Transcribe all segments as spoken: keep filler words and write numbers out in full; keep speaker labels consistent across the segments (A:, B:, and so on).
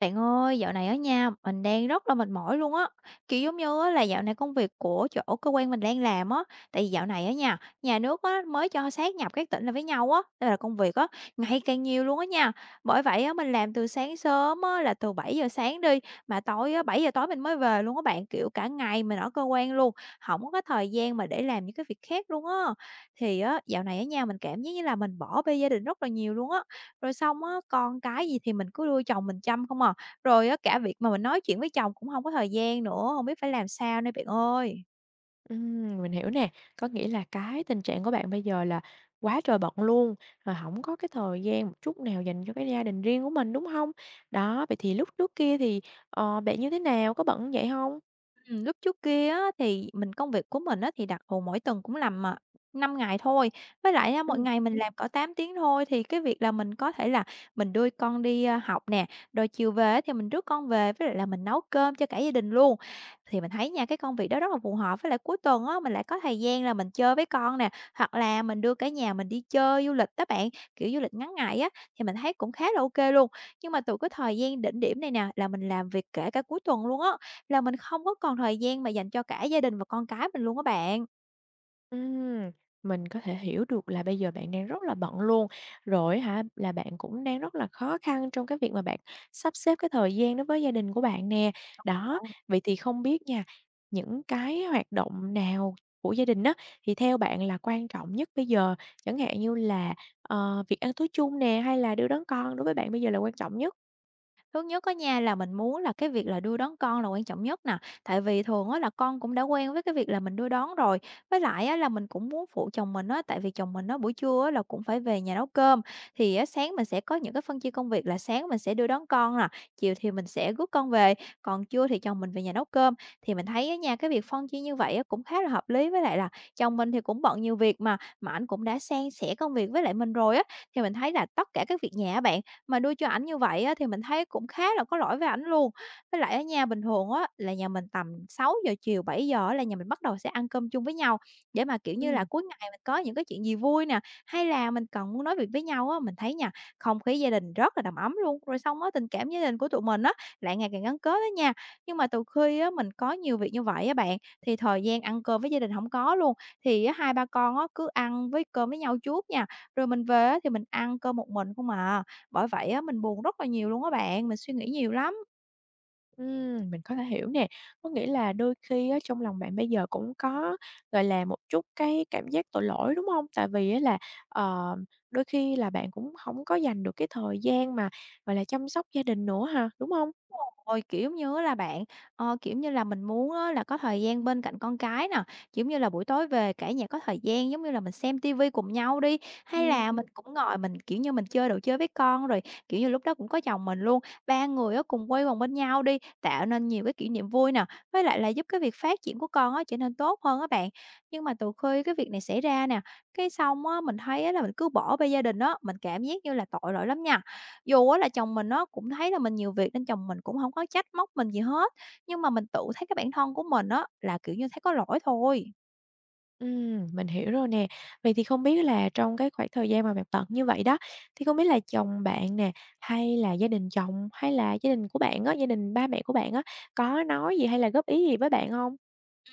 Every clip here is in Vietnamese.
A: Bạn ơi, dạo này ở nhà mình đang rất là mệt mỏi luôn á. Kiểu giống như á, là dạo này công việc của chỗ cơ quan mình đang làm á, tại vì dạo này ở nhà nhà nước á, mới cho sáp nhập các tỉnh lại với nhau á, nên là công việc á, ngày càng nhiều luôn á nha. Bởi vậy á, mình làm từ sáng sớm á, là từ bảy giờ sáng đi, mà tối á, bảy giờ tối mình mới về luôn á bạn, kiểu cả ngày mình ở cơ quan luôn, không có cái thời gian mà để làm những cái việc khác luôn á. Thì á, dạo này ở nhà mình cảm giác như là mình bỏ bê gia đình rất là nhiều luôn á. Rồi xong á, con cái gì thì mình cứ đưa chồng mình chăm không à, rồi á cả việc mà mình nói chuyện với chồng cũng không có thời gian nữa, không biết phải làm sao đây bạn ơi.
B: Ừm, mình hiểu nè, có nghĩa là cái tình trạng của bạn bây giờ là quá trời bận luôn, rồi không có cái thời gian một chút nào dành cho cái gia đình riêng của mình, đúng không? Đó, vậy thì lúc trước kia thì, ờ, bạn như thế nào, có bận vậy không?
A: Ừm, lúc trước kia á, thì mình công việc của mình á, thì đặc thù mỗi tuần cũng làm, mà năm ngày thôi, với lại á, mỗi
B: Ừm.
A: ngày mình làm cỡ tám tiếng thôi, thì cái việc là mình có thể là mình đưa con đi, a, học nè, rồi chiều về á, thì mình rước con về với lại là mình nấu cơm cho cả gia đình luôn. Thì mình thấy nha, cái công việc đó rất là phù hợp, với lại cuối tuần á, mình lại có thời gian là mình chơi với con nè, hoặc là mình đưa cả nhà mình đi chơi du lịch các bạn, kiểu, du lịch ngắn ngày á, thì mình thấy cũng khá là ok luôn. Nhưng mà từ cái thời gian đỉnh điểm này nè là mình làm việc kể cả cuối tuần luôn á. Là mình không có còn thời gian mà dành cho cả gia đình và con cái mình luôn á bạn.
B: Ừm, mình có thể hiểu được là bây giờ bạn đang rất là bận luôn, rồi hả, là bạn cũng đang rất là khó khăn trong cái việc mà bạn sắp xếp cái thời gian đối với gia đình của bạn nè. Đó,
A: Ồ.
B: vậy thì không biết nha, những cái hoạt động nào của gia đình á, thì theo bạn là quan trọng nhất bây giờ? Chẳng hạn như là, ờ, việc ăn tối chung nè, hay là đưa đón con đối với bạn bây giờ là quan trọng nhất?
A: Thứ nhất á nha, là mình muốn là cái việc là đưa đón con là quan trọng nhất nè, tại vì thường á là con cũng đã quen với cái việc là mình đưa đón rồi. Với lại á là mình cũng muốn phụ chồng mình á, tại vì chồng mình á, buổi trưa á là cũng phải về nhà nấu cơm, thì á sáng mình sẽ có những cái phân chia công việc là sáng mình sẽ đưa đón con nè, chiều thì mình sẽ rước con về, còn trưa thì chồng mình về nhà nấu cơm. Thì mình thấy á nha, cái việc phân chia như vậy á cũng khá là hợp lý, với lại là chồng mình thì cũng bận nhiều việc mà, mà anh cũng đã san sẻ công việc với lại mình rồi á, thì mình thấy là tất cả các việc nhà á bạn mà đưa cho ảnh như vậy á, thì mình thấy cũng khá là có lỗi với ảnh luôn. Với lại ở nhà bình thường á, là nhà mình tầm sáu giờ chiều, bảy giờ á là nhà mình bắt đầu sẽ ăn cơm chung với nhau, để mà, kiểu như là,
B: Ừm.
A: cuối ngày mình có những cái chuyện gì vui nè, hay là mình cần muốn nói việc với nhau á, mình thấy nha, không khí gia đình rất là đầm ấm luôn. Rồi xong á, tình cảm gia đình của tụi mình á, lại ngày càng gắn kết á nha. Nhưng mà từ khi á, mình có nhiều việc như vậy á bạn, thì thời gian ăn cơm với gia đình không có luôn. Thì á, hai ba con á, cứ ăn với cơm với nhau trước nha, rồi mình về á, thì mình ăn cơm một mình không à. Bởi vậy á, mình buồn rất là nhiều luôn á bạn, mình suy nghĩ nhiều lắm.
B: Ừm, mình có thể hiểu nè. Có nghĩa là đôi khi á, trong lòng bạn bây giờ cũng có, gọi là, một chút cái cảm giác tội lỗi, đúng không? Tại vì á là, ờ, đôi khi là bạn cũng không có dành được cái thời gian mà, gọi là, chăm sóc gia đình nữa hả? Đúng không?
A: Rồi, kiểu, như là bạn, ờ, kiểu như là, mình muốn á là có thời gian bên cạnh con cái nè, kiểu như là, buổi tối về cả nhà có thời gian, giống như là, mình xem tivi cùng nhau đi, hay là
B: Ừm,
A: mình cũng ngồi mình, kiểu như, mình chơi đồ chơi với con, rồi, kiểu như, lúc đó cũng có chồng mình luôn, ba người á cùng quây quần bên nhau đi, tạo nên nhiều cái kỷ niệm vui nè, với lại là giúp cái việc phát triển của con á trở nên tốt hơn á bạn. Nhưng mà từ khi cái việc này xảy ra nè, cái xong á, mình thấy á là mình cứ bỏ bê gia đình á, mình cảm giác như là tội lỗi lắm nha. Dù á là chồng mình nó cũng thấy là mình nhiều việc nên chồng mình cũng hổng có trách móc mình gì hết, nhưng mà mình tự thấy cái bản thân của mình á là, kiểu như, thấy có lỗi thôi.
B: ừm, mình hiểu rồi nè. Vậy thì không biết là trong cái khoảng thời gian mà bạn bận như vậy đó, thì không biết là chồng bạn nè, hay là gia đình chồng, hay là gia đình của bạn á, gia đình ba mẹ của bạn á, có nói gì hay là góp ý gì với bạn không?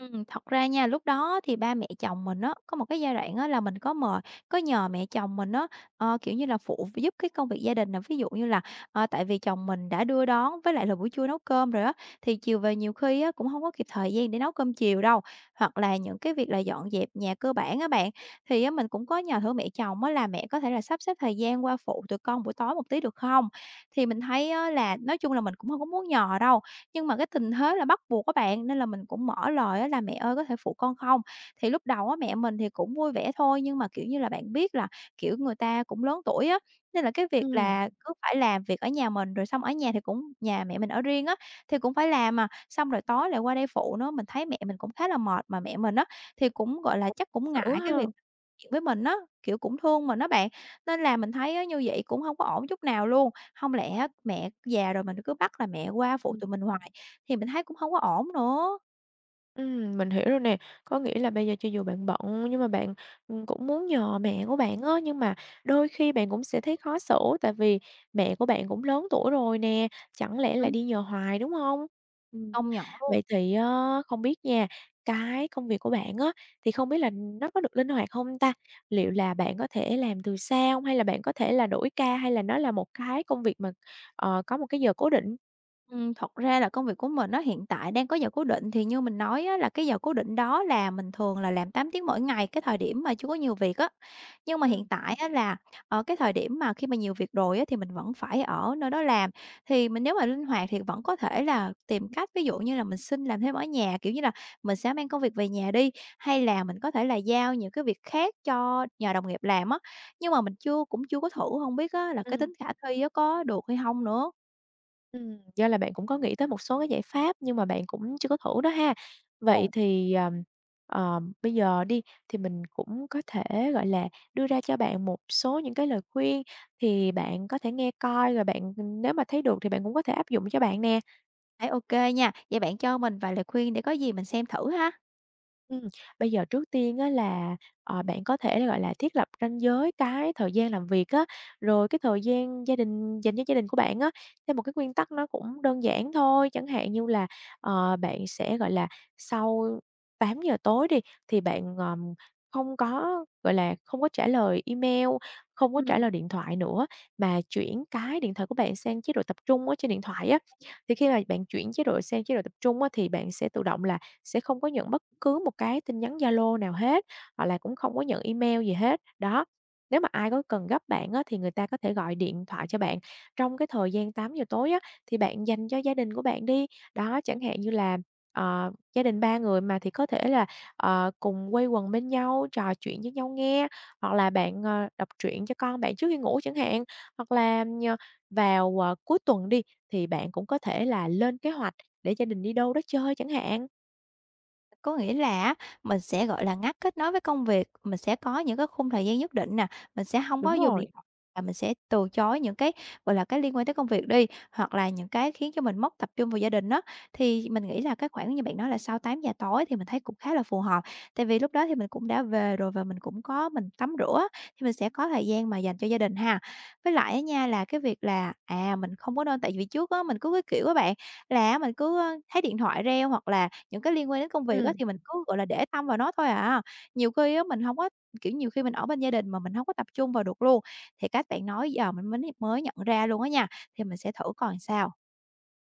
A: Ừm, thật ra nha, lúc đó thì ba mẹ chồng mình á, có một cái giai đoạn á là mình có mời có nhờ mẹ chồng mình á, ờ, kiểu như là, phụ giúp cái công việc gia đình nè. Ví dụ như là, ờ, tại vì chồng mình đã đưa đón với lại là buổi trưa nấu cơm rồi á, thì chiều về nhiều khi á cũng hông có kịp thời gian để nấu cơm chiều đâu. Hoặc là những cái việc là dọn dẹp nhà cơ bản á bạn, thì á mình cũng có nhờ thử mẹ chồng á là "Mẹ có thể là sắp xếp thời gian qua phụ tụi con buổi tối một tí được không?" Thì mình thấy á là nói chung là mình cũng hông có muốn nhờ đâu, nhưng mà cái tình thế là bắt buộc các bạn, nên là mình cũng mở lời á là "Mẹ ơi, có thể phụ con không?" Thì lúc đầu á, mẹ mình thì cũng vui vẻ thôi, nhưng mà, kiểu như là, bạn biết là, kiểu, người ta cũng lớn tuổi á, nên là cái việc
B: Ừm,
A: là cứ phải làm việc ở nhà mình, rồi xong ở nhà thì cũng nhà mẹ mình ở riêng á, thì cũng phải làm mà xong rồi tối lại qua đây phụ nữa. Mình thấy mẹ mình cũng khá là mệt, mà mẹ mình á, thì cũng, gọi là,
B: khó
A: chắc cũng
B: xử
A: ngại cái
B: ha.
A: việc chuyện với mình á, kiểu, cũng thương mình á bạn, nên là mình thấy á như vậy cũng không có ổn chút nào luôn. Không lẽ á mẹ già rồi mình cứ bắt là mẹ qua phụ tụi mình hoài thì mình thấy cũng không có ổn nữa.
B: Ừm, mình hiểu rồi nè. Có nghĩa là bây giờ cho dù bạn bận nhưng mà bạn, ừm, cũng muốn nhờ mẹ của bạn á, nhưng mà đôi khi bạn cũng sẽ thấy khó xử, tại vì mẹ của bạn cũng lớn tuổi rồi nè, chẳng lẽ lại
A: Ôi.
B: đi nhờ hoài, đúng không? Ừm,
A: Công nhận luôn.
B: vậy thì á, không biết nha, cái công việc của bạn á, thì không biết là nó có được linh hoạt không ta? Liệu là bạn có thể làm từ xa không? Hay là bạn có thể là đổi ca, hay là nó là một cái công việc mà, ờ, có một cái giờ cố định?
A: Ừm, thật ra là công việc của mình nó hiện tại đang có giờ cố định, thì như mình nói á, là cái giờ cố định đó là mình thường là làm tám tiếng mỗi ngày, cái thời điểm mà chưa có nhiều việc á. Nhưng mà hiện
B: Ừm,
A: tại á, là, ở cái thời điểm mà khi mà nhiều việc rồi á, thì mình vẫn phải ở nơi đó làm. Thì mình nếu mà linh hoạt thì vẫn có thể là tìm cách, ví dụ như là mình xin làm thêm ở nhà, kiểu như là, mình sẽ mang công việc về nhà đi, hay là mình có thể là giao những cái việc khác cho nhờ đồng nghiệp làm á. Nhưng mà mình chưa cũng chưa có thử, không biết á, là cái
B: ừm.
A: tính khả thi á, có được hay không nữa?
B: Ừm, do là bạn cũng có nghĩ tới một số cái giải pháp nhưng mà bạn cũng chưa có thử đó ha. Vậy thì, ờm, ờm, bây giờ đi thì mình cũng có thể, gọi là, đưa ra cho bạn một số những cái lời khuyên thì bạn có thể nghe coi rồi bạn, nếu mà thấy được thì bạn cũng có thể áp dụng cho bạn nè.
A: Thấy ok nha. Vậy bạn cho mình vài lời khuyên để có gì mình xem thử ha.
B: Ừm, bây giờ trước tiên á là, ờ, bạn có thể, gọi là, thiết lập ranh giới cái thời gian làm việc á, rồi cái thời gian gia đình dành cho gia đình của bạn á, theo một cái nguyên tắc nó cũng đơn giản thôi. Chẳng hạn như là, ờ, bạn sẽ, gọi là, sau tám giờ tối đi, thì bạn, ờm, không có, gọi là, không có trả lời email, không có trả lời điện thoại nữa, mà chuyển cái điện thoại của bạn sang chế độ tập trung ở trên điện thoại á. Thì khi mà bạn chuyển chế độ sang chế độ tập trung á, thì bạn sẽ tự động là sẽ không có nhận bất cứ một cái tin nhắn Zalo nào hết, hoặc là cũng không có nhận email gì hết. Đó, nếu mà ai có cần gấp bạn á, thì người ta có thể gọi điện thoại cho bạn. Trong cái thời gian tám giờ tối á, thì bạn dành cho gia đình của bạn đi. Đó,
A: Ừm.
B: chẳng hạn như là, ờ, gia đình ba người mà thì có thể là, ờ, cùng quây quần bên nhau, trò chuyện với nhau nghe, hoặc là bạn, ờ, đọc truyện cho con bạn trước khi ngủ chẳng hạn. Hoặc là, ờ, vào, ờ, cuối tuần đi, thì bạn cũng có thể là lên kế hoạch để gia đình đi đâu đó chơi chẳng hạn.
A: Có nghĩa là á, mình sẽ, gọi là, ngắt kết nối với công việc, mình sẽ có những cái khung thời gian nhất định nè, mình sẽ hông
B: Đúng
A: có dùng
B: rồi.
A: điện thoại và mình sẽ từ chối những cái, gọi là, cái liên quan tới công việc đi, hoặc là những cái khiến cho mình mất tập trung vào gia đình á. Thì mình nghĩ là cái khoảng như bạn nói là sau tám giờ tối thì mình thấy cũng khá là phù hợp, tại vì lúc đó thì mình cũng đã về rồi và mình cũng có mình tắm rửa á, thì mình sẽ có thời gian mà dành cho gia đình ha. Với lại á nha là cái việc là, à, mình không có nên tại vì trước á mình cứ cái kiểu á bạn, là á mình cứ, ơ, thấy điện thoại reo hoặc là những cái liên quan đến công việc á
B: Ừm,
A: thì mình cứ, gọi là, để tâm vào nó thôi à. Nhiều khi á mình hông có kiểu, nhiều khi mình ở bên gia đình mà mình hông có tập trung vào được luôn, thì cách bạn nói giờ mình mới mới nhận ra luôn á nha, thì mình sẽ thử coi sao.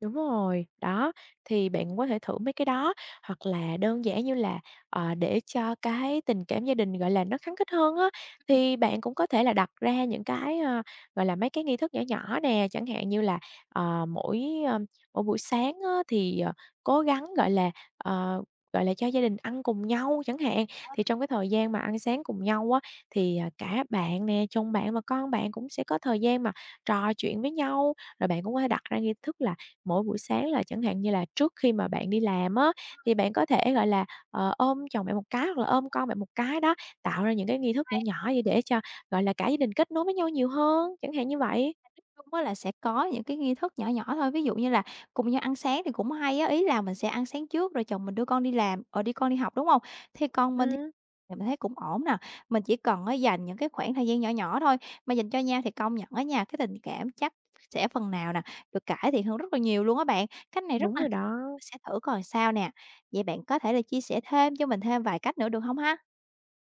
B: Đúng rồi, đó, thì bạn có thể thử mấy cái đó, hoặc là đơn giản như là, ờ, để cho cái tình cảm gia đình, gọi là, nó khăng khít hơn á,
A: Ừm.
B: thì bạn cũng có thể là đặt ra những cái, ơ, gọi là, mấy cái nghi thức nhỏ nhỏ nè, chẳng hạn như là, ờ, mỗi, ơ, mỗi buổi sáng á thì, ờ, cố gắng, gọi là, ờ, gọi là, cho gia đình ăn cùng nhau chẳng hạn. Thì trong cái thời gian mà ăn sáng cùng nhau á, thì, à, cả bạn nè, chồng bạn và con bạn cũng sẽ có thời gian mà trò chuyện với nhau, rồi bạn cũng có thể đặt ra nghi thức là mỗi buổi sáng là chẳng hạn như là trước khi mà bạn đi làm á, thì bạn có thể, gọi là, ờ, ôm chồng bạn một cái hoặc là ôm con bạn một cái đó, tạo ra những cái nghi thức nhỏ nhỏ vậy để cho, gọi là, cả gia đình kết nối với nhau nhiều hơn, chẳng hạn như vậy.
A: Chung á là sẽ có những cái nghi thức nhỏ nhỏ thôi, ví dụ như là cùng nhau ăn sáng thì cũng hay á, ý là mình sẽ ăn sáng trước rồi chồng mình đưa con đi làm ờ, đi con đi học, đúng hông? Thì còn mình. Thì
B: Ừm,
A: mình thấy cũng ổn nè, mình chỉ cần á dành những cái khoảng thời gian nhỏ nhỏ thôi, mà dành cho nhau thì công nhận ở nhà cái tình cảm chắc sẽ phần nào nè, được cải thiện hơn rất là nhiều luôn á bạn. Cách này rất
B: đúng
A: là hay,
B: rồi đó.
A: mình sẽ thử coi sao nè. Vậy bạn có thể là chia sẻ thêm cho mình thêm vài cách nữa được không ha?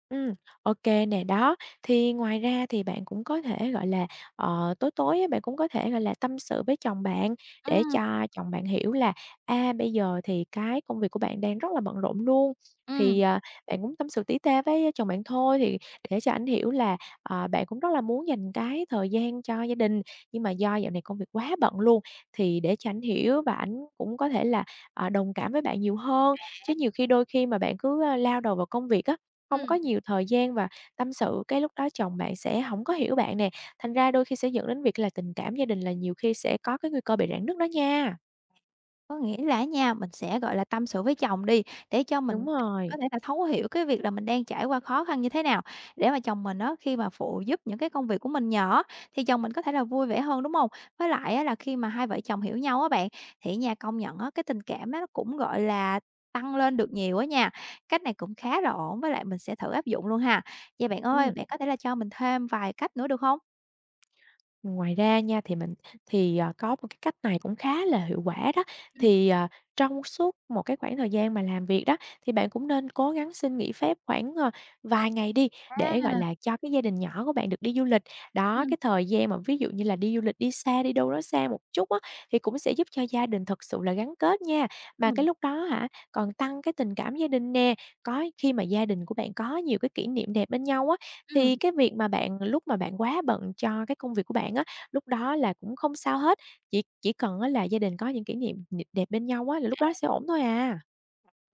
B: Ừm, ô kê nè, đó. Thì ngoài ra thì bạn cũng có thể, gọi là, ờ, tối tối á, bạn cũng có thể, gọi là, tâm sự với chồng bạn để
A: Ừ,
B: cho chồng bạn hiểu là, à, bây giờ thì cái công việc của bạn đang rất là bận rộn luôn, thì,
A: ừ,
B: à, bạn cũng tâm sự tỉ tê với chồng bạn thôi, thì để cho ảnh hiểu là, ờ, bạn cũng rất là muốn dành cái thời gian cho gia đình, nhưng mà do dạo này công việc quá bận luôn, thì để cho ảnh hiểu và ảnh cũng có thể là, ờ, đồng cảm với bạn nhiều hơn. Chứ nhiều khi đôi khi mà bạn cứ, a, lao đầu vào công việc á, không có
A: ừ.
B: nhiều thời gian và tâm sự, cái lúc đó chồng bạn sẽ hổng có hiểu bạn nè, thành ra đôi khi sẽ dẫn đến việc là tình cảm gia đình là nhiều khi sẽ có cái nguy cơ bị rạn nứt đó nha.
A: Có nghĩa là á nha, mình sẽ, gọi là, tâm sự với chồng đi, để cho
B: Đúng
A: mình
B: rồi,
A: có thể là thấu hiểu cái việc là mình đang trải qua khó khăn như thế nào, để mà chồng mình á, khi mà phụ giúp những cái công việc của mình nhỏ thì chồng mình có thể là vui vẻ hơn, đúng hông? Với lại á là khi mà hai vợ chồng hiểu nhau á bạn, thì á nha, công nhận á, cái tình cảm á nó cũng, gọi là, tăng lên được nhiều á nha. Cách này cũng khá là ổn, với lại mình sẽ thử áp dụng luôn ha. Vậy bạn ơi,
B: ừm.
A: bạn có thể là cho mình thêm vài cách nữa được hông?
B: Ngoài ra nha, thì mình thì, ờ, có một cái cách này cũng khá là hiệu quả đó.
A: Ừm.
B: Thì, ờ, trong suốt một cái khoảng thời gian mà làm việc đó, thì bạn cũng nên cố gắng xin nghỉ phép khoảng, ờ, vài ngày đi, để, gọi
A: À,
B: là, cho cái gia đình nhỏ của bạn được đi du lịch. Đó,
A: ừm,
B: cái thời gian mà ví dụ như là đi du lịch, đi xa, đi đâu đó xa một chút á, thì cũng sẽ giúp cho gia đình thật sự là gắn kết nha. Mà cái
A: ừm,
B: lúc đó hả, còn tăng cái tình cảm gia đình nè, có khi mà gia đình của bạn có nhiều cái kỷ niệm đẹp bên nhau á, thì
A: ừm.
B: cái việc mà bạn lúc mà bạn quá bận cho cái công việc của bạn á, lúc đó là cũng không sao hết, chỉ chỉ cần á là gia đình có những kỷ niệm nh đẹp bên nhau á là lúc đó sẽ ổn thôi à.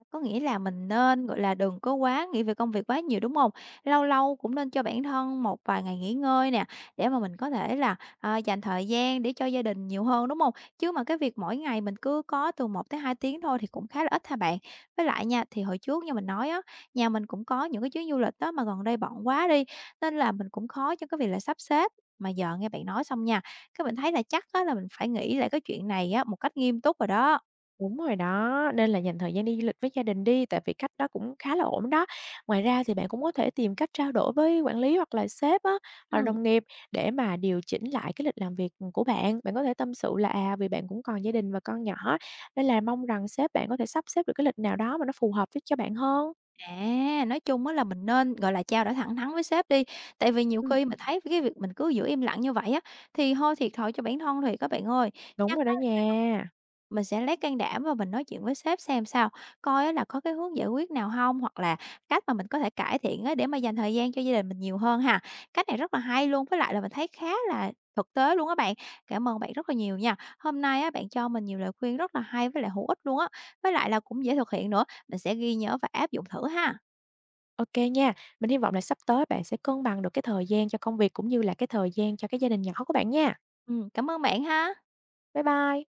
A: Có nghĩa là mình nên, gọi là, đừng có quá nghĩ về công việc quá nhiều, đúng không? Lâu lâu cũng nên cho bản thân một vài ngày nghỉ ngơi nè, để mà mình có thể là, à, dành thời gian để cho gia đình nhiều hơn, đúng không? Chứ mà cái việc mỗi ngày mình cứ có từ một tới hai tiếng thôi thì cũng khá là ít ha bạn. Với lại nha, thì hồi trước như mình nói á, nhà mình cũng có những cái chuyến du lịch đó mà gần đây bận quá đi, nên là mình cũng khó cho cái việc là sắp xếp. Mà giờ nghe bạn nói xong nha, cái mình thấy là chắc á là mình phải nghĩ lại cái chuyện này á một cách nghiêm túc rồi đó.
B: Đúng rồi đó, nên là dành thời gian đi du lịch với gia đình đi, tại vì cách đó cũng khá là ổn đó. Ngoài ra thì bạn cũng có thể tìm cách trao đổi với quản lý hoặc là sếp á, hoặc là
A: Ừm.
B: đồng nghiệp để mà điều chỉnh lại cái lịch làm việc, của bạn. Bạn có thể tâm sự là, à, vì bạn cũng còn gia đình và con nhỏ, nên là mong rằng sếp bạn có thể sắp xếp được cái lịch nào đó mà nó phù hợp với cho bạn hơn.
A: À, nói chung á là mình nên, gọi là, trao đổi thẳng thắn với sếp đi, tại vì nhiều khi mình thấy cái việc mình cứ giữ im lặng như vậy á, thì hơi thiệt thòi cho bản thân thiệt. Các bạn ơi,
B: Đúng
A: chắc
B: rồi đó
A: á
B: nha.
A: mình sẽ lấy can đảm và mình nói chuyện với sếp xem sao, coi á là có cái hướng giải quyết nào không hoặc là cách mà mình có thể cải thiện á để mà dành thời gian cho gia đình mình nhiều hơn ha. Cách này rất là hay luôn, với lại là mình thấy khá là thực tế luôn á bạn. Cảm ơn bạn rất là nhiều nha. Hôm nay á bạn cho mình nhiều lời khuyên rất là hay với lại hữu ích luôn á, với lại là cũng dễ thực hiện nữa, mình sẽ ghi nhớ và áp dụng thử ha.
B: Ok nha. Mình hy vọng là sắp tới bạn sẽ cân bằng được cái thời gian cho công việc cũng như là cái thời gian cho cái gia đình nhỏ của bạn nha.
A: Ừm, cảm ơn bạn ha.
B: Bye bye.